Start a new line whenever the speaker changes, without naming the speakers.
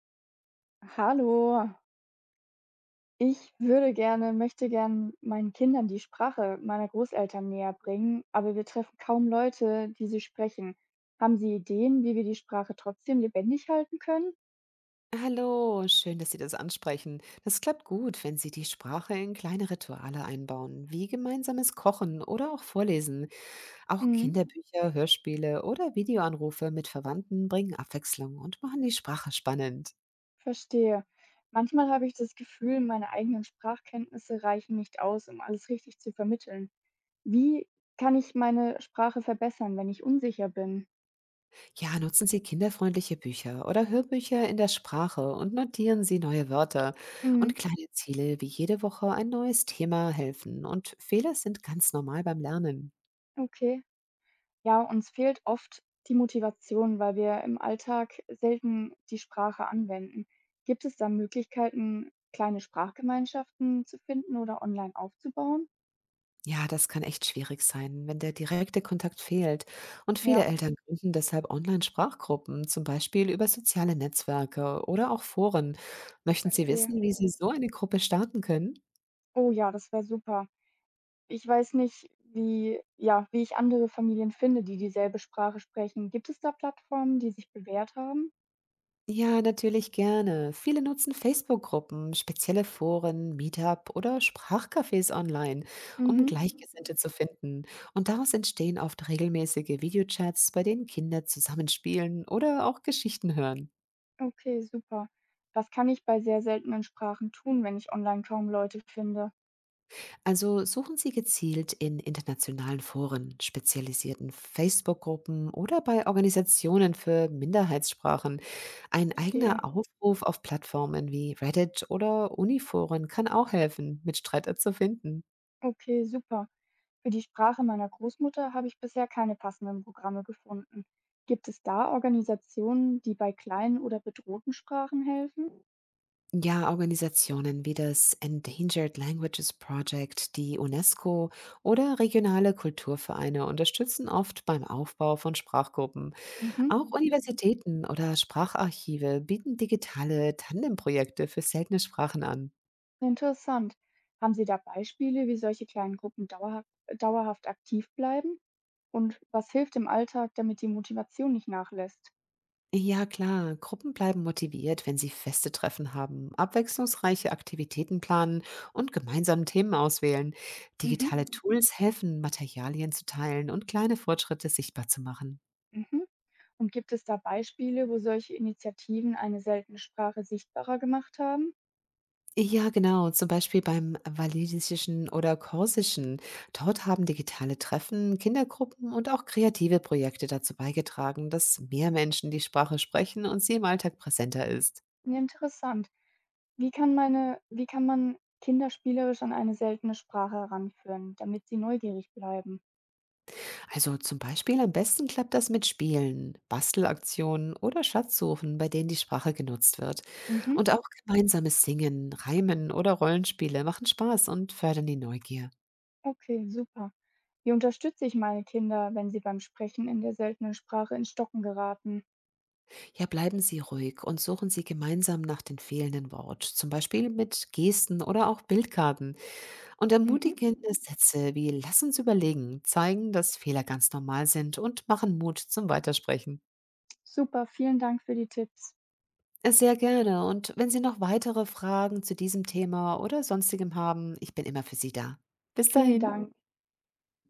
Hallo, möchte gerne meinen Kindern die Sprache meiner Großeltern näher bringen, aber wir treffen kaum Leute, die sie sprechen. Haben Sie Ideen, wie wir die Sprache trotzdem lebendig halten können?
Hallo, schön, dass Sie das ansprechen. Das klappt gut, wenn Sie die Sprache in kleine Rituale einbauen, wie gemeinsames Kochen oder auch Vorlesen. Auch
Mhm,
Kinderbücher, Hörspiele oder Videoanrufe mit Verwandten bringen Abwechslung und machen die Sprache spannend.
verstehe. Manchmal habe ich das Gefühl, meine eigenen Sprachkenntnisse reichen nicht aus, um alles richtig zu vermitteln. Wie kann ich meine Sprache verbessern, wenn ich unsicher bin?
Ja, nutzen Sie kinderfreundliche Bücher oder Hörbücher in der Sprache und notieren Sie neue Wörter. Und
Mhm,
kleine Ziele wie jede Woche ein neues Thema helfen und Fehler sind ganz normal beim Lernen.
okay. Ja, uns fehlt oft die Motivation, weil wir im Alltag selten die Sprache anwenden. Gibt es da Möglichkeiten, kleine Sprachgemeinschaften zu finden oder online aufzubauen?
Ja, das kann echt schwierig sein, wenn der direkte Kontakt fehlt. Und viele
Ja,
Eltern gründen deshalb Online-Sprachgruppen, zum Beispiel über soziale Netzwerke oder auch Foren. Möchten Sie
verstehe.
wissen, wie Sie so eine Gruppe starten können?
Oh ja, das wäre super. Ich weiß nicht, wie ich andere Familien finde, die dieselbe Sprache sprechen. Gibt es da Plattformen, die sich bewährt haben?
Ja, natürlich gerne. Viele nutzen Facebook-Gruppen, spezielle Foren, Meetup oder Sprachcafés online, um
Mhm.
Gleichgesinnte zu finden. Und daraus entstehen oft regelmäßige Videochats, bei denen Kinder zusammenspielen oder auch Geschichten hören.
Okay, super. Was kann ich bei sehr seltenen Sprachen tun, wenn ich online kaum Leute finde?
Also suchen Sie gezielt in internationalen Foren, spezialisierten Facebook-Gruppen oder bei Organisationen für Minderheitssprachen. Ein
Verstehe.
eigener Aufruf auf Plattformen wie Reddit oder Uniforen kann auch helfen, Mitstreiter zu finden.
Okay, super. Für die Sprache meiner Großmutter habe ich bisher keine passenden Programme gefunden. Gibt es da Organisationen, die bei kleinen oder bedrohten Sprachen helfen?
Ja, Organisationen wie das Endangered Languages Project, die UNESCO oder regionale Kulturvereine unterstützen oft beim Aufbau von Sprachgruppen. Auch
Mhm.
Universitäten oder Spracharchive bieten digitale Tandemprojekte für seltene Sprachen an.
Interessant. Haben Sie da Beispiele, wie solche kleinen Gruppen dauerhaft aktiv bleiben? Und was hilft im Alltag, damit die Motivation nicht nachlässt?
Ja klar, Gruppen bleiben motiviert, wenn sie feste Treffen haben, abwechslungsreiche Aktivitäten planen und gemeinsam Themen auswählen. Digitale
Mhm.
Tools helfen, Materialien zu teilen und kleine Fortschritte sichtbar zu machen.
Mhm. Und gibt es da Beispiele, wo solche Initiativen eine seltene Sprache sichtbarer gemacht haben?
Ja, genau. Zum Beispiel beim walisischen oder korsischen. Dort haben digitale Treffen, Kindergruppen und auch kreative Projekte dazu beigetragen, dass mehr Menschen die Sprache sprechen und sie im Alltag präsenter ist.
Interessant. Wie kann man Kinder spielerisch an eine seltene Sprache heranführen, damit sie neugierig bleiben?
Also zum Beispiel am besten klappt das mit Spielen, Bastelaktionen oder Schatzsuchen, bei denen die Sprache genutzt wird. Und
Mhm.
auch gemeinsames Singen, Reimen oder Rollenspiele machen Spaß und fördern die Neugier.
Okay, super. Wie unterstütze ich meine Kinder, wenn sie beim Sprechen in der seltenen Sprache ins Stocken geraten?
Ja, bleiben Sie ruhig und suchen Sie gemeinsam nach den fehlenden Wort, zum Beispiel mit Gesten oder auch Bildkarten. Und
Mhm.
ermutigende Sätze wie Lass uns überlegen zeigen, dass Fehler ganz normal sind und machen Mut zum Weitersprechen.
Super, vielen Dank für die Tipps.
Sehr gerne. Und wenn Sie noch weitere Fragen zu diesem Thema oder sonstigem haben, ich bin immer für Sie da. Bis
Vielen
dahin.
Dank.